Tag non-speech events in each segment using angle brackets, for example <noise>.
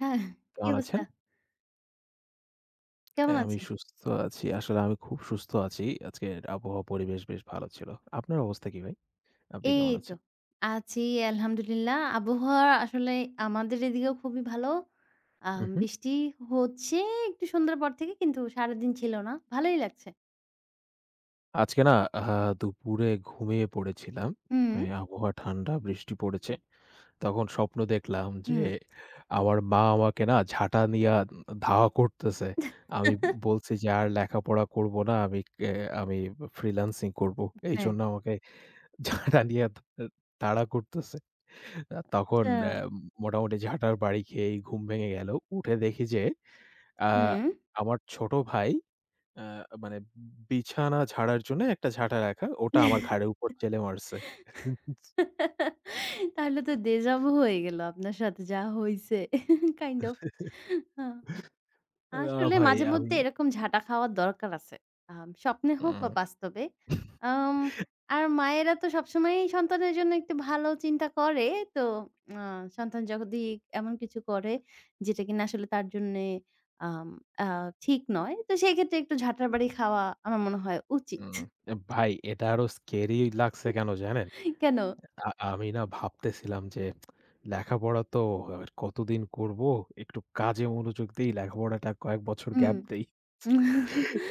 হ্যাঁ, কি কেমন আছেন? অবস্থা? কেমন আমি আছেন? সুস্থ আছি। আসলে আমি খুব সুস্থ আছি। আজকের আবহাওয়া পরিবেশ বেশ ভালো ছিল। আপনার অবস্থা কি ভাই? আপনি এই কেমন তো আছেন? আছি আলহামদুলিল্লাহ। আবহাওয়া আসলে আমাদের এদিকেও খুবই ভালো। উহু। বৃষ্টি হচ্ছে একটু সন্ধ্যার পর থেকে কিন্তু সারাদিন ছিল না। ভালোই লাগছে। আজকে না আহা দুপুরে ঘুমিয়ে পড়েছিলাম। হুম, হ্যাঁ, আবহাওয়া ঠান্ডা, বৃষ্টি পড়েছে। তখন স্বপ্ন দেখলাম যে হুম। আমার মা আমাকে না ঝাঁটা নিয়া ধাওয়া করতেছে। আমি <laughs> বলছি যে, "আর লেখাপড়া করব না। আমি ফ্রিল্যান্সিং করব।" হ্যাঁ। এইজন্য আমাকে ঝাঁটা নিয়ে তাড়া করতেছে। আ তখন আচ্ছা। অ্যা মোটামুটি ঝাঁটার বাড়ি খেয়েই ঘুম ভেঙে গেল। উঠে দেখি যে আ হুম। আমার ছোট ভাই অ্যা মানে বিছানা ঝাড়ার জন্য একটা ঝাঁটা রাখা, ওটা আমার ঘাড়ের উপর চেলে মারছে। তাহলে তো deja vu হয়ে গেল আপনার সাথে যা হইছে। <laughs> kind of. হা। না আসলে ভাই। মাঝে আমি মধ্যে এরকম ঝাঁটা খাওয়ার দরকার আছে। স্বপ্নে হোক বা উম, বাস্তবে। আম আর মায়েরা তো সবসময়ই সন্তানের জন্য একটু ভালো চিন্তা করে। তো আ সন্তান যদি এমন কিছু করে যেটা কিনা আসলে তার জন্যে আম আ ঠিক নয়। তো সেক্ষেত্রে একটু ঝাঁটার বাড়ি খাওয়া আমার মনে হয় উচিত। উম ভাই এটা আরো স্কেরি লাগছে কেন জানেন? কেন? আ আমি না ভাবতেছিলাম যে লেখাপড়া তো আর কতদিন করব। একটু কাজে মনোযোগ দেই, লেখাপড়াটা কয়েক বছর উম গ্যাপ দেই।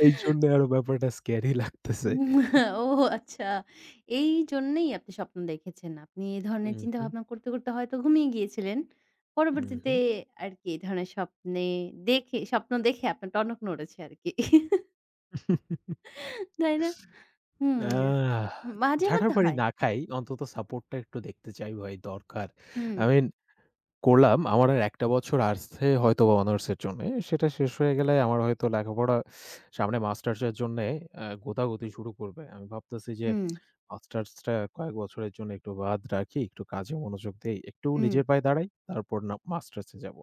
এইজন্য আরো ব্যাপারটা স্ক্যারি লাগতেছে। উম <laughs> ও আচ্ছা। এইজন্যেই আপনি স্বপ্ন দেখেছেন। আপনি এ ধরনের উহু, চিন্তাভাবনা করতে, করতে হয়তো ঘুমিয়ে গিয়েছিলেন। উহু। পরবর্তীতে আরকি এই ধরনের স্বপ্ন দেখে আপনার টনক নড়েছে আরকি। <laughs> তাই না? হুম। আহ মাঝে ঝাঁটার মধ্যে পানি হয়। না খাই, অন্তত সাপোর্টটা একটু দেখতে চাই ভাই দরকার। হুম, আই মিন করলাম আমার আর ১ টা বছর আছে হয়তোবা অনার্সের জন্যে। সেটা শেষ হয়ে গেলে আমার হয়তো লেখাপড়া সামনে মাস্টার্স এর জন্যে গোতাগুতি শুরু করবে। আমি ভাবতেছি যে হুম, মাস্টার্সটা কয়েক বছরের জন্য একটু বাদ রাখি, একটু কাজে মনোযোগ দেই, একটু হুম, নিজের পায়ে দাঁড়াই, তারপর না মাস্টার্সে যাবো।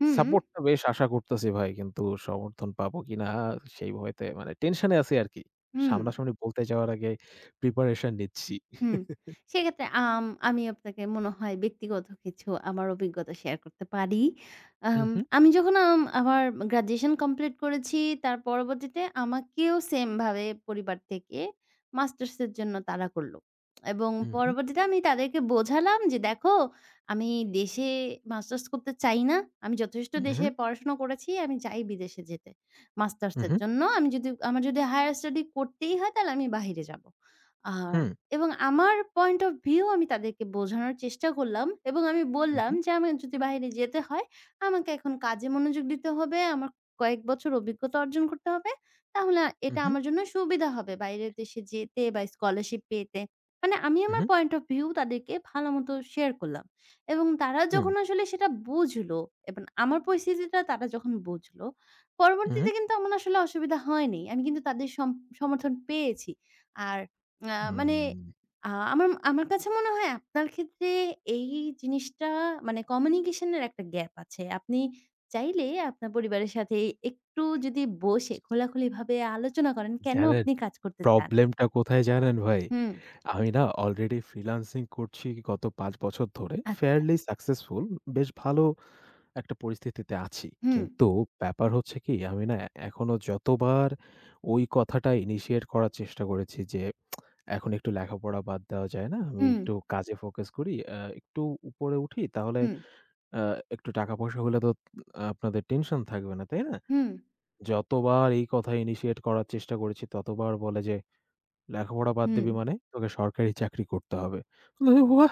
হুম, সাপোর্টটা বেশ আশা করতেছি ভাই, কিন্তু সমর্থন পাবো কিনা সেই ভয়তে মানে টেনশনে আছি আরকি। হুম। সামনাসামনি বলতে যাওয়ার আগে প্রিপারেশন নিচ্ছি। হুম। সেক্ষেত্রে আমি আপনাকে মনে হয় ব্যক্তিগত কিছু আমার অভিজ্ঞতা শেয়ার করতে পারি। আম উহু, আমি যখন আমার গ্র্যাজুয়েশন কমপ্লিট করেছি, তার পরবর্তীতে আমাকেও সেমভাবে পরিবার থেকে মাস্টার্সের জন্য তাড়া করল। এবং উহু, পরবর্তীতে আমি তাদেরকে বোঝালাম যে, "দেখো, আমি দেশে মাস্টার্স করতে চাই না। আমি যথেষ্ট দেশে উহু, পড়াশোনা করেছি। আমি চাই বিদেশে যেতে মাস্টার্সের উহু, জন্য। আমি যদি আমার যদি হায়ার স্টাডি করতেই হয়, তাহলে আমি বাহিরে যাব।" আর হুম, এবং আমার পয়েন্ট অফ ভিউ আমি তাদেরকে বোঝানোর চেষ্টা করলাম এবং আমি বললাম উহু, যে, "আমার যদি বাহিরে যেতে হয়, আমাকে এখন কাজে মনোযোগ দিতে হবে। আমার কয়েক বছর অভিজ্ঞতা অর্জন করতে হবে। তাহলে এটা উহু, আমার জন্য সুবিধা হবে বাইরের দেশে যেতে বা স্কলারশিপ পেতে।" মানে আমি আমার উহু, পয়েন্ট অফ ভিউ তাদেরকে ভালোমতো শেয়ার করলাম এবং তারা হুম, উহু, যখন হুম। আসলে সেটা বুঝলো এবং আমার পরিস্থিতিটা তারা যখন বুঝলো, হুম, পরবর্তীতে কিন্তু আমার আসলে অসুবিধা হয়নি। আমি কিন্তু তাদের সমর্থন পেয়েছি। আর মানে হুম। আ আমার আমার কাছে মনে হয় আপনার ক্ষেত্রে এই জিনিসটা মানে communication এর একটা গ্যাপ আছে। আপনি চাইলে আপনার পরিবারের সাথে একটু যদি বসে খোলাখুলিভাবে আলোচনা করেন, কেন জানেন আপনি কাজ করতে চান? প্রবলেমটা কোথায় জানেন ভাই? হুম, আমি না অলরেডি ফ্রিল্যান্সিং করছি গত ৫ বছর ধরে। আচ্ছা। Fairly successful. বেশ ভালো একটা পরিস্থিতিতে আছি। হুম, কিন্তু ব্যাপার হচ্ছে কি আমি না এখনো যতবার ওই কথাটা ইনিশিয়েট করার চেষ্টা করেছি যে, "এখন একটু লেখাপড়া বাদ দেওয়া যায় না? আমি হুম, একটু কাজে ফোকাস করি। একটু উপরে উঠি তাহলে হুম, আ একটু টাকা-পয়সা হলে তো আপনাদের টেনশন থাকবে না, তাই না?" হুম, যতবার এই কথা ইনিশিয়েট করার চেষ্টা করেছি ততবার বলে যে লেখাপড়া বাদ হুম। দিবি মানে? তোকে সরকারি চাকরি করতে হবে। মানে হোয়া?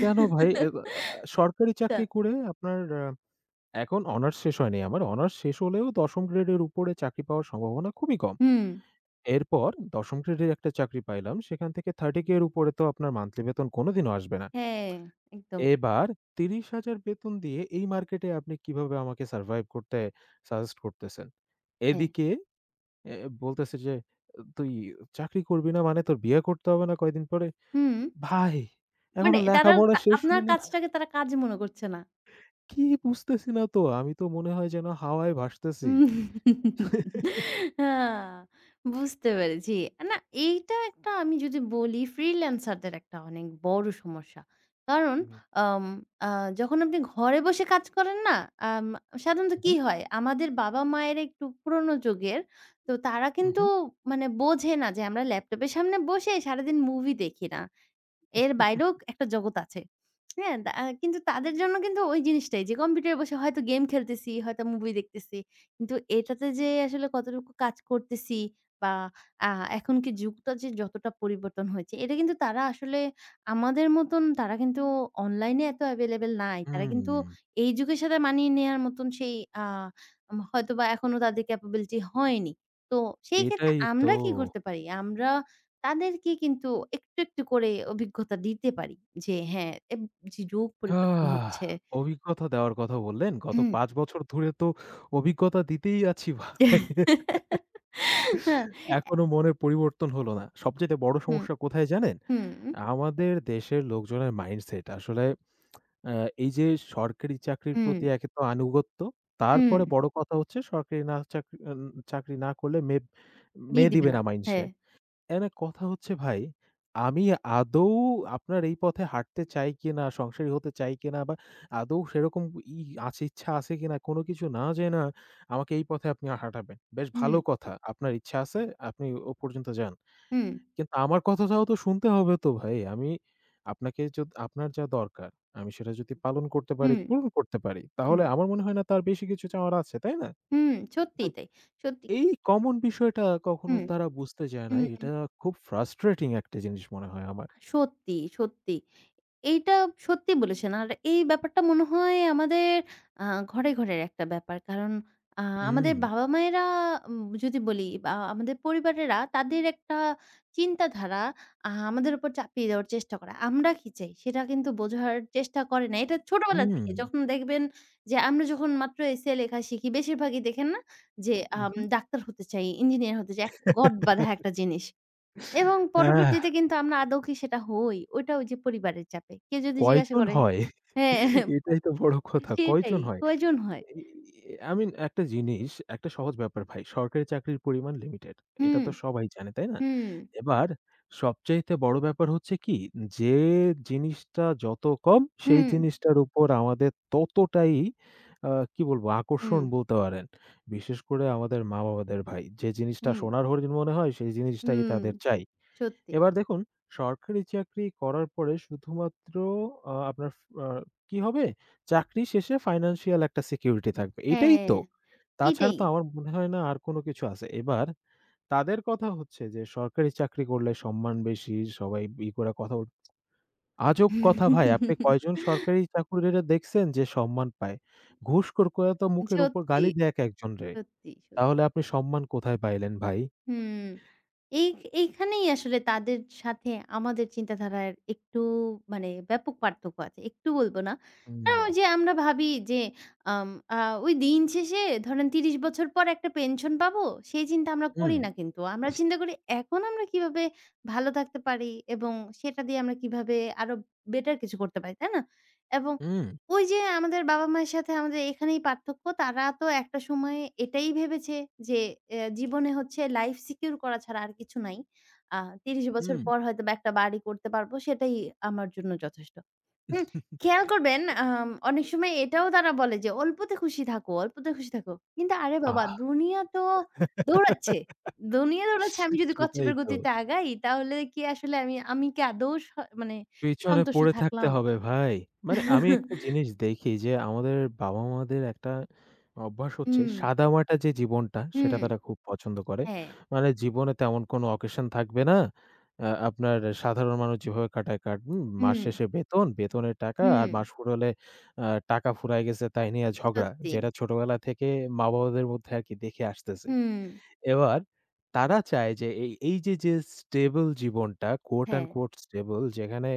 কেন ভাই? এ আ সরকারি আচ্ছা। চাকরি করে আপনার এখন অনার্স শেষ হয়নি আমার। অনার্স শেষ হলেও ১ম গ্রেডের উপরে চাকরি পাওয়ার সম্ভাবনা খুবই কম। হুম, এরপর ১ম গ্রেডের একটা চাকরি পাইলাম। সেখান থেকে 30k এর উপরে তো আপনার মান্থলি বেতন কোনদিনও আসবে না। হ্যাঁ, একদম। এবার ৩০,০০০ বেতন দিয়ে এই মার্কেটে আপনি কিভাবে আমাকে সারভাইভ করতে সাজেস্ট করতেছেন? হ্যাঁ। এদিকে এ বলতেছে যে, "তুই চাকরি করবি না মানে তোর বিয়ে করতে হবে না কয়দিন পরে?" হুম, ভাই, মানে এখনো তারা লেখাপড়া তা শেষ আপনার হইল না। কাজটাকে তারা কাজ মনে করছে না। কি বুঝতেছি না তো। আমি তো মনে হয় যেন হাওয়ায় <laughs> ভাসতেছি। উম হ্যাঁ, বুঝতে পেরেছি। না এইটা একটা আমি যদি বলি ফ্রিল্যান্সারদের একটা অনেক বড় সমস্যা। কারণ উহু, আম আ যখন আপনি ঘরে বসে কাজ করেন না, আম সাধারণত উহু, কি হয়? আমাদের বাবা-মায়েরা একটু পুরনো যুগের। তো তারা কিন্তু উহু, মানে বোঝে না যে আমরা ল্যাপটপের সামনে বসে সারাদিন মুভি দেখি না। এর বাইরেও একটা জগৎ আছে। হ্যাঁ? কিন্তু তাদের জন্য কিন্তু ওই জিনিসটাই যে কম্পিউটারে বসে হয়তো গেম খেলতেছি, হয়তো মুভি দেখতেছি। কিন্তু এটাতে যে আসলে কতটুকু কাজ করতেছি বা আ এখন কি যুগটা যে যতটা পরিবর্তন হয়েছে, এটা কিন্তু তারা আসলে আমাদের মতন তারা কিন্তু অনলাইনে এত available নাই। তারা হুম। কিন্তু এই যুগের সাথে মানিয়ে নেয়ার মতন সেই আ হয়তোবা এখনো তাদের capability হয়নি। তো সেই ক্ষেত্রে এটাই তো। আমরা কি করতে পারি? আমরা তাদেরকে কিন্তু একটু, একটু করে অভিজ্ঞতা দিতে পারি যে হ্যাঁ, যে যুগ পরিবর্তন আহ, হচ্ছে। অভিজ্ঞতা দেওয়ার কথা বললেন। গত হুম। ৫ বছর ধরে তো অভিজ্ঞতা দিতেই আছি ভাই। <laughs> হ্যাঁ, এ এখনো মনের পরিবর্তন হলো না। সবচাইতে বড় হুম, সমস্যা কোথায় জানেন? হুম, আমাদের দেশের লোকজনের মাইন্ডসেট। আসলে আ এই যে সরকারি চাকরির হুম, প্রতি একে তো আনুগত্য, হুম, তারপরে বড় কথা হচ্ছে সরকারি না চাকরি চাকরি না করলে বিয়ে মেয়ে দিবে দিবে না। না মাইনষে। সে। হ্যাঁ। এনে কথা হচ্ছে ভাই, আমি আদৌ আপনার এই পথে হাঁটতে চাই কিনা, সংসারী হতে চাই কিনা বা আদৌ সেরকম ই আছে ইচ্ছা আছে কিনা কোনো কিছু না জেনে আমাকে এই পথে আপনি হাঁটাবেন। বেশ হুম, ভালো কথা। আপনার ইচ্ছা আছে, আপনি ও পর্যন্ত যান। হুম, কিন্তু আমার কথাটাও তো শুনতে হবে তো ভাই। আপনাকে আপনার যা দরকার, আমি সেটা যদি পালন করতে পারি, হুম, পূরণ করতে পারি, হুম, তাহলে আমার মনে হয় না তার বেশি কিছু চাওয়ার আছে, তাই না? হুম, তো সত্যিই তাই। সত্যি। এই কমন বিষয়টা কখনো হুম, তারা বুঝতে চায় না। হুম। এটা খুব ফ্রাস্ট্রেটিং একটা জিনিস মনে হয় আমার। সত্যি, সত্যি। এইটা সত্যি বলেছেন। আর এই ব্যাপারটা মনে হয় আমাদের আ ঘরের একটা ব্যাপার। কারণ আ আমাদের উম, বাবা-মায়েরা যদি বলি বা আমাদের পরিবারেরা তাদের একটা চিন্তাধারা আমাদের উপর চাপিয়ে দেওয়ার চেষ্টা করে। আমরা কি চাই সেটা কিন্তু বোঝার চেষ্টা করে না। এটা ছোটবেলা থেকে উম, যখন দেখবেন যে আমরা যখন মাত্র এসএ লেখা শিখি বেশিরভাগই দেখেন না যে উহু। ডাক্তার হতে চাই, ইঞ্জিনিয়ার হতে চাই। একটা গট বাঁধা একটা জিনিস। এবং পরবর্তীতে আহ! কিন্তু আমরা আদৌ কি সেটা হই? ওইটা ওই যে পরিবারের চাপে। কেউ যদি জিজ্ঞাসা কয়জন করে হয়? হ্যাঁ, <laughs> এটাই তো বড় কথা। সেটাই কয়জন হয়? কয়জন হয়? এই আই মিন একটা জিনিস, একটা সহজ ব্যাপার ভাই। সরকারি চাকরির পরিমাণ লিমিটেড। এটা হুম, তো সবাই জানে, তাই না? হুম, এবার সবচাইতে বড় ব্যাপার হচ্ছে কি, যে জিনিসটা যত কম সেই হুম, জিনিসটার উপর আমাদের ততটাই কি বলবো হুম, আকর্ষণ বলতে পারেন। বিশেষ করে আমাদের মা-বাবাদের ভাই। যে জিনিসটা হুম, সোনার হরিণ মনে হয় সেই জিনিসটাই হুম, তাদের চাই। সত্যি। এবার দেখুন সরকারি চাকরি করার পরে শুধুমাত্র আ আপনার ফ আ কি হবে? চাকরি শেষে ফাইন্যান্সিয়াল একটা সিকিউরিটি থাকবে। এটাই হ্যাঁ, তো। তাছাড়া এটাই। তো আমার মনে হয় না আর কোনো কিছু আছে। এবার তাদের কথা হচ্ছে যে সরকারি চাকরি করলে সম্মান বেশি, সবাই ই করে কথা বল আজব কথা ভাই আপনি কয়জন <laughs> সরকারি চাকুরিরা দেখছেন যে সম্মান পায়? ঘুষখোর করে তো মুখের উপর সত্যি, গালি দেয় এক একজনরে। সত্যি, সত্যি। তাহলে আপনি সম্মান কোথায় পাইলেন ভাই? হুম, এই এইখানেই আসলে তাদের সাথে আমাদের চিন্তাধারার একটু মানে ব্যাপক পার্থক্য আছে। একটু বলবো না। কারণ হুম। ওই যে আমরা ভাবি যে আম আ ওই দিন শেষে ধরেন ৩০ বছর পর একটা পেনশন পাবো, সেই চিন্তা আমরা হুম, করি না কিন্তু। আমরা চিন্তা করি এখন আমরা কিভাবে ভালো থাকতে পারি এবং সেটা দিয়ে আমরা কিভাবে আরো বেটার কিছু করতে পারি, তাই না? এবং হুম, ওই যে আমাদের বাবা-মায়ের সাথে আমাদের এখানেই পার্থক্য। তারা তো একটা সময়ে এটাই ভেবেছে যে এ জীবনে হচ্ছে লাইফ সিকিউর করা ছাড়া আর কিছু নাই। আ ৩০ বছর হুম। পর হয়তোবা একটা বাড়ি করতে পারব। সেটাই আমার জন্য যথেষ্ট। হুম, খেয়াল <laughs> করবেন অনেক সময় এটাও তারা বলে যে, "অল্পতে খুশি থাকো, অল্পতে খুশি থাকো।" কিন্তু আরে বাবা! আহ! দুনিয়া তো দৌড়াচ্ছে। দুনিয়া দৌড়াচ্ছে। আমি যদি সেটাই কচ্ছপের তো। গতিতে আগাই তাহলে কি আসলে আমি আমি কি আদৌ মানে পেছনে সন্তুষ্ট পড়ে থাকতে থাকলাম? হবে ভাই। মানে আমি একটা <laughs> জিনিস দেখি যে আমাদের বাবা-মাদের একটা অভ্যাস হচ্ছে হুম, সাদামাটা যে জীবনটা হুম। সেটা তারা খুব পছন্দ করে। হ্যাঁ, মানে জীবনে তেমন কোনো অকেশন থাকবে না। আপনার সাধারণ মানুষ যেভাবে কাটায় কাটুন। মাস হুম, শেষে বেতন, বেতনের টাকা হুম, আর মাস ফুরোলে টাকা ফুরায় গেছে তাই নিয়ে ঝগড়া। সত্যি। যেটা ছোটবেলা থেকে মা-বাবাদের মধ্যে আরকি দেখে আসতেছি। হুম, এবার তারা চায় যে এই এই যে, যে স্টেবল জীবনটা quote হ্যাঁ, unquote স্টেবল যেখানে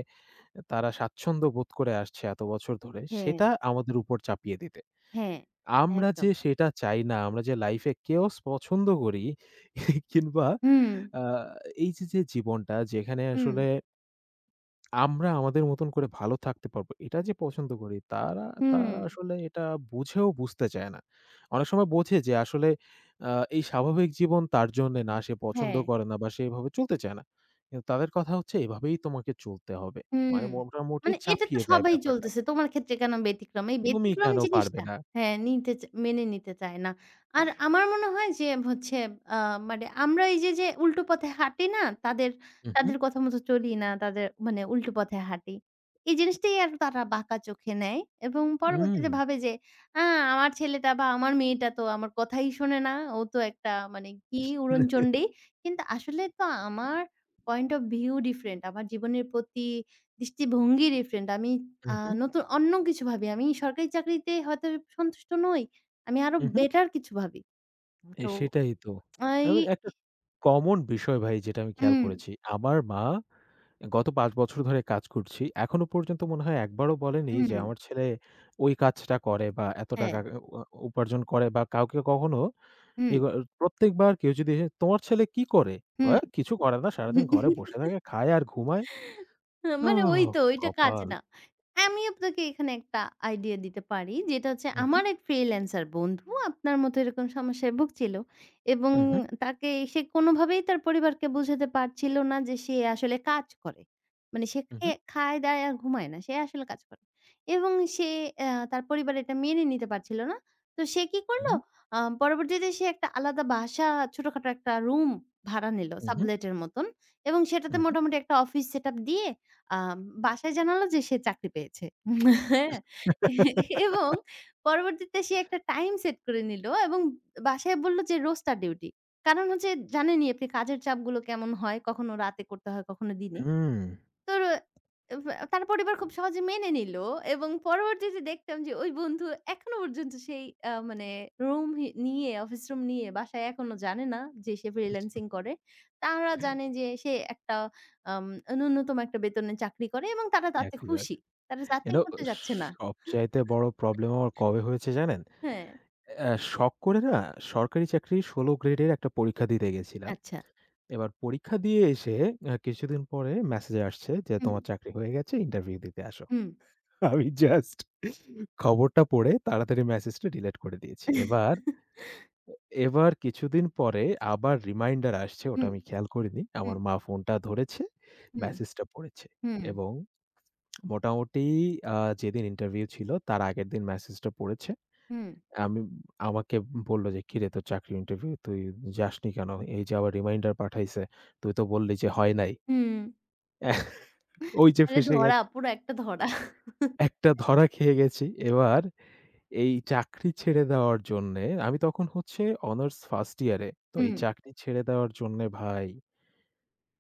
তারা স্বাচ্ছন্দ্য বোধ করে আসছে এত বছর ধরে, হ্যাঁ, সেটা আমাদের উপর চাপিয়ে দিতে। হ্যাঁ, আমরা একদম। যে সেটা চাই না, আমরা যে লাইফে chaos পছন্দ করি <laughs> কিংবা হুম, আ এই যে জীবনটা যেখানে হুম, আসলে আমরা আমাদের মতন করে ভালো থাকতে পারবো। এটা যে পছন্দ করি তারা হুম, তারা আসলে এটা বুঝেও বুঝতে চায় না। অনেক সময় বোঝে যে আসলে আ এই স্বাভাবিক জীবন তার জন্যে না, সে পছন্দ হ্যাঁ। করে না বা সে এভাবে চলতে চায় না। কিন্তু তাদের কথা হচ্ছে এভাবেই তোমাকে চলতে হবে। হুম। মানে মোটামুটি মানে এটা তো চাপিয়ে দেয় সবাই ব্যাপারটা। চলতেছে। তোমার ক্ষেত্রে কেন ব্যতিক্রম? এই তুমি ব্যতিক্রম কেন পারবে জিনিসটা না? হ্যাঁ, নিতে চা মেনে নিতে চায় না। আর আমার মনে হয় যে হচ্ছে আ মানে আমরা এই যে উল্টো পথে হাঁটি না? উহু, তাদের কথা মতো চলি না। তাদের মানে উল্টো পথে হাঁটি। এই জিনিসটাই আর তারা বাঁকা চোখে নেয় এবং উম, পরবর্তীতে ভাবে যে, "আ আমার ছেলেটা বা আমার মেয়েটা তো আমার কথাই শোনে না। ও তো একটা মানে কি উড়নচণ্ডী।" কিন্তু আসলে তো আমার পয়েন্ট অফ ভিউ ডিফারেন্ট। আমার জীবনের প্রতি দৃষ্টিভঙ্গি ডিফারেন্ট। আমি আ উহু, নতুন অন্য কিছু ভাবি। আমি সরকারি চাকরিতে হয়তো সন্তুষ্ট নই। আমি আরো উহু। বেটার কিছু ভাবি। তো সেটাই তো। এই আমি একটা কমন বিষয় ভাই যেটা আমি খেয়াল হুম, করেছি। আমার মা গত ৫ বছর ধরে কাজ করছি। এখনো পর্যন্ত মনে হয় একবারও বলেনি হুম। যে, আমার ছেলে ওই কাজটা করে বা এত হ্যাঁ, টাকা উ উপার্জন করে বা কাউকে কখনো হুম, এগো প্রত্যেকবার কেউ যদি এসে, "তোমার ছেলে কি করে?" হুম। কয়, "কিছু করে না। সারাদিন ঘরে বসে <laughs> থাকে, খায় আর ঘুমায়।" হ্যাঁ, মানে ওই ওহ তো ওইটা কাজ কপাল! না। আমি আপনাকে এখানে একটা আইডিয়া দিতে পারি। যেটা হচ্ছে উহু, আমার এক ফ্রিল্যান্সার বন্ধু আপনার মতো এরকম সমস্যায় ভুগছিল এবং উহু, সে কোনোভাবেই তার পরিবারকে বোঝাতে পারছিল না যে সে আসলে কাজ করে। মানে সে উহু, খায়, দায় আর ঘুমায় না। সে আসলে কাজ করে এবং সে আ তার পরিবার এটা মেনে নিতে পারছিল না। তো সে কি করলো? উহু, পরবর্তীতে সে একটা আলাদা বাসা ছোটখাটো একটা রুম ভাড়া নিল উহু, সাবলেটের মতন। এবং সেটাতে উহু। মোটামুটি একটা অফিস সেটআপ দিয়ে আ বাসায় জানালো যে সে চাকরি পেয়েছে। হ্যাঁ? এবং পরবর্তীতে সে একটা টাইম সেট করে নিল এবং বাসায় বলল যে রোস্টার ডিউটি। কারণ হচ্ছে জানেনই আপনি কাজের চাপগুলো কেমন হয়, কখনো রাতে করতে হয়, কখনো দিনে। হুম। তোর অ্যা বা তার পরিবার খুব সহজে মেনে নিল এবং পরবর্তীতে দেখতাম যে ওই বন্ধু এখনো পর্যন্ত সেই মানে রুম হি নিয়ে অফিস রুম নিয়ে বাসায় এখনো জানে না যে সে ফ্রিল্যান্সিং করে। তারা জানে যে সে একটা আম ন্যূনতম একটা বেতনে চাকরি করে এবং তারা তাতে চাকরি খুশি। বাকরি। তারা You যাচাই know করতে যাচ্ছে না। সবচাইতে বড় প্রবলেম আমার কবে হয়েছে জানেন? হ্যাঁ। শখ করে না সরকারি চাকরির ১৬ গ্রেডের একটা পরীক্ষা দিতে গেছিলাম। আচ্ছা। এবার পরীক্ষা দিয়ে এসে কিছুদিন পরে মেসেজ আসছে যে, হুম, "তোমার চাকরি হয়ে গেছে, ইন্টারভিউ দিতে আসো।" হুম, আমি জাস্ট খবরটা পড়ে তাড়াতাড়ি মেসেজটা ডিলিট করে দিয়েছি। এবার এবার কিছুদিন পরে আবার রিমাইন্ডার আসছে, ওটা হুম, আমি খেয়াল করিনি। হুম, আমার মা ফোনটা ধরেছে, হুম, মেসেজটা পড়েছে হুম, এবং মোটামুটি আ যেদিন ইন্টারভিউ ছিল তার আগের দিন মেসেজটা পড়েছে। হুম, আমি আমাকে বলল যে, "কিরে তোর চাকরির ইন্টারভিউ তুই যাসনি কেন? এই যে আবার রিমাইন্ডার পাঠাইছে। তুই তো বললি যে হয় নাই।" হুম। <laughs> ওই যে মানে ফেঁসে ধরা গেছি। পুরো একটা ধরা। একটা ধরা খেয়ে গেছি। এবার এই চাকরি ছেড়ে দেওয়ার জন্যে আমি তখন হচ্ছে অনার্স ফার্স্ট ইয়ারে। তো এই হুম, চাকরি ছেড়ে দেওয়ার জন্যে ভাই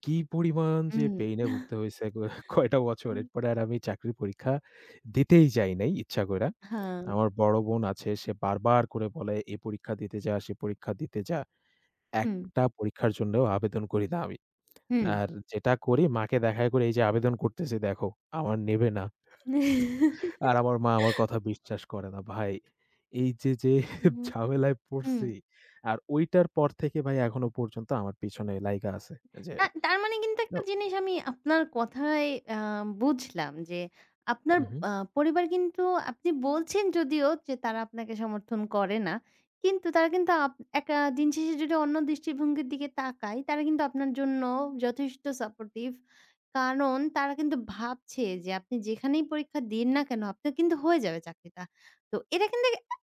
কি পরিমাণ যে হুম। পেইন এ ভুগতে হইছে <laughs> কয়টা বছর। এরপরে আর আমি চাকরির পরীক্ষা দিতেই যাই নাই ইচ্ছা কইরা। হ্যাঁ, আমার বড় বোন আছে সে বারবার করে বলে, "এ পরীক্ষা দিতে যা, সে পরীক্ষা দিতে যা।" হুম। একটা পরীক্ষার জন্যও আবেদন করি না আমি। হুম। আর যেটা করি মাকে দেখায় করি, "এই যে আবেদন করতেছি দেখো, আমার নেবে না।" আর আমার মা আমার কথা বিশ্বাস করে না। ভাই এই যে, যে <laughs> হুম, ঝামেলায় হুম। পড়ছি আর ওইটার পর থেকে ভাই এখনো পর্যন্ত আমার পিছনে লাইগা আছে যে তা তার মানে কিন্তু একটা ও জিনিস আমি আপনার কথায় আ বুঝলাম যে আপনার উহু, আ পরিবার কিন্তু আপনি বলছেন যদিও যে তারা আপনাকে সমর্থন করে না। কিন্তু তারা কিন্তু একটা দিন শেষে যদি অন্য দৃষ্টিভঙ্গির দিকে তাকায়, তারা কিন্তু আপনার জন্য যথেষ্ট সাপোর্টিভ। কারণ তারা কিন্তু ভাবছে যে আপনি যেখানেই পরীক্ষা দিন না কেন আপনার কিন্তু হয়ে যাবে চাকরিটা। তো এটা কিন্তু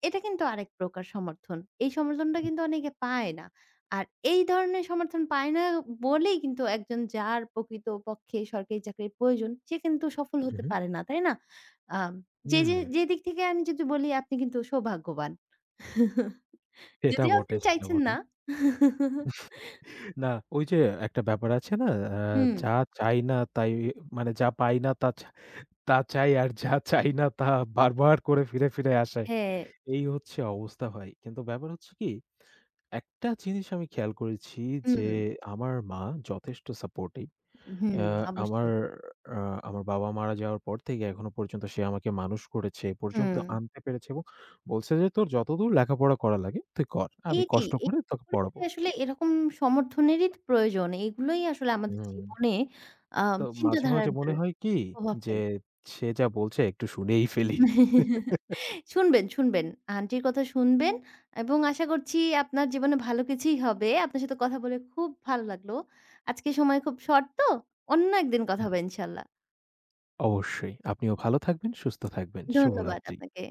এটা কিন্তু আরেক প্রকার সমর্থন। এই সমর্থনটা কিন্তু অনেকে পায় না। আর এই ধরনের সমর্থন পায় না বলেই কিন্তু একজন যার প্রকৃতপক্ষে সরকারি চাকরির প্রয়োজন সে কিন্তু সফল হতে উহু, পারে না, তাই না? আম যে, হুম। যে, যে, দিক থেকে আমি যদি বলি আপনি কিন্তু সৌভাগ্যবান। সেটা যদিও আপনি বটে, সেটা চাইছেন বটে। না। না ওই যে একটা ব্যাপার আছে না আ হুম, যা চাই না তাই মানে যা পাই না তা চা তা চাই আর যা চাই না তা বারবার করে ফিরে আসে। হ্যাঁ, এই হচ্ছে অবস্থা ভাই। কিন্তু ব্যাপার হচ্ছে কি, একটা জিনিস আমি খেয়াল করেছি হুম, যে আমার মা যথেষ্ট সাপোর্টিভ। হুম, অ্যা আমার অবশ্যই। আ আমার বাবা মারা যাওয়ার পর থেকে এখনো পর্যন্ত সে আমাকে মানুষ করেছে, এ পর্যন্ত হুম। আনতে পেরেছে এবং বলছে যে, "তোর যতদূর লেখাপড়া করা লাগে তুই কর। আমি এইটাই, কষ্ট এই করে তোকে পড়াবো।" পরিবারে আসলে এরকম সমর্থনেরই তো প্রয়োজন। এগুলোই আসলে আমাদের হুম। জীবনে তো মাঝে, চিন্তাধারার মাঝে মনে ভিতরে হয় কি প্রভাব যে ফেলে। সে যা বলছে একটু শুনেই ফেলি। শুনবেন, শুনবেন। আন্টির কথা শুনবেন এবং আশা করছি আপনার জীবনে ভালো কিছুই হবে। আপনার সাথে কথা বলে খুব ভালো লাগলো। আজকে সময় খুব শর্ট তো, অন্য একদিন কথা হবে ইনশাআল্লাহ। অবশ্যই। আপনিও ভালো থাকবেন, সুস্থ থাকবেন। ধন্যবাদ শুভরাত্রি। আপনাকে।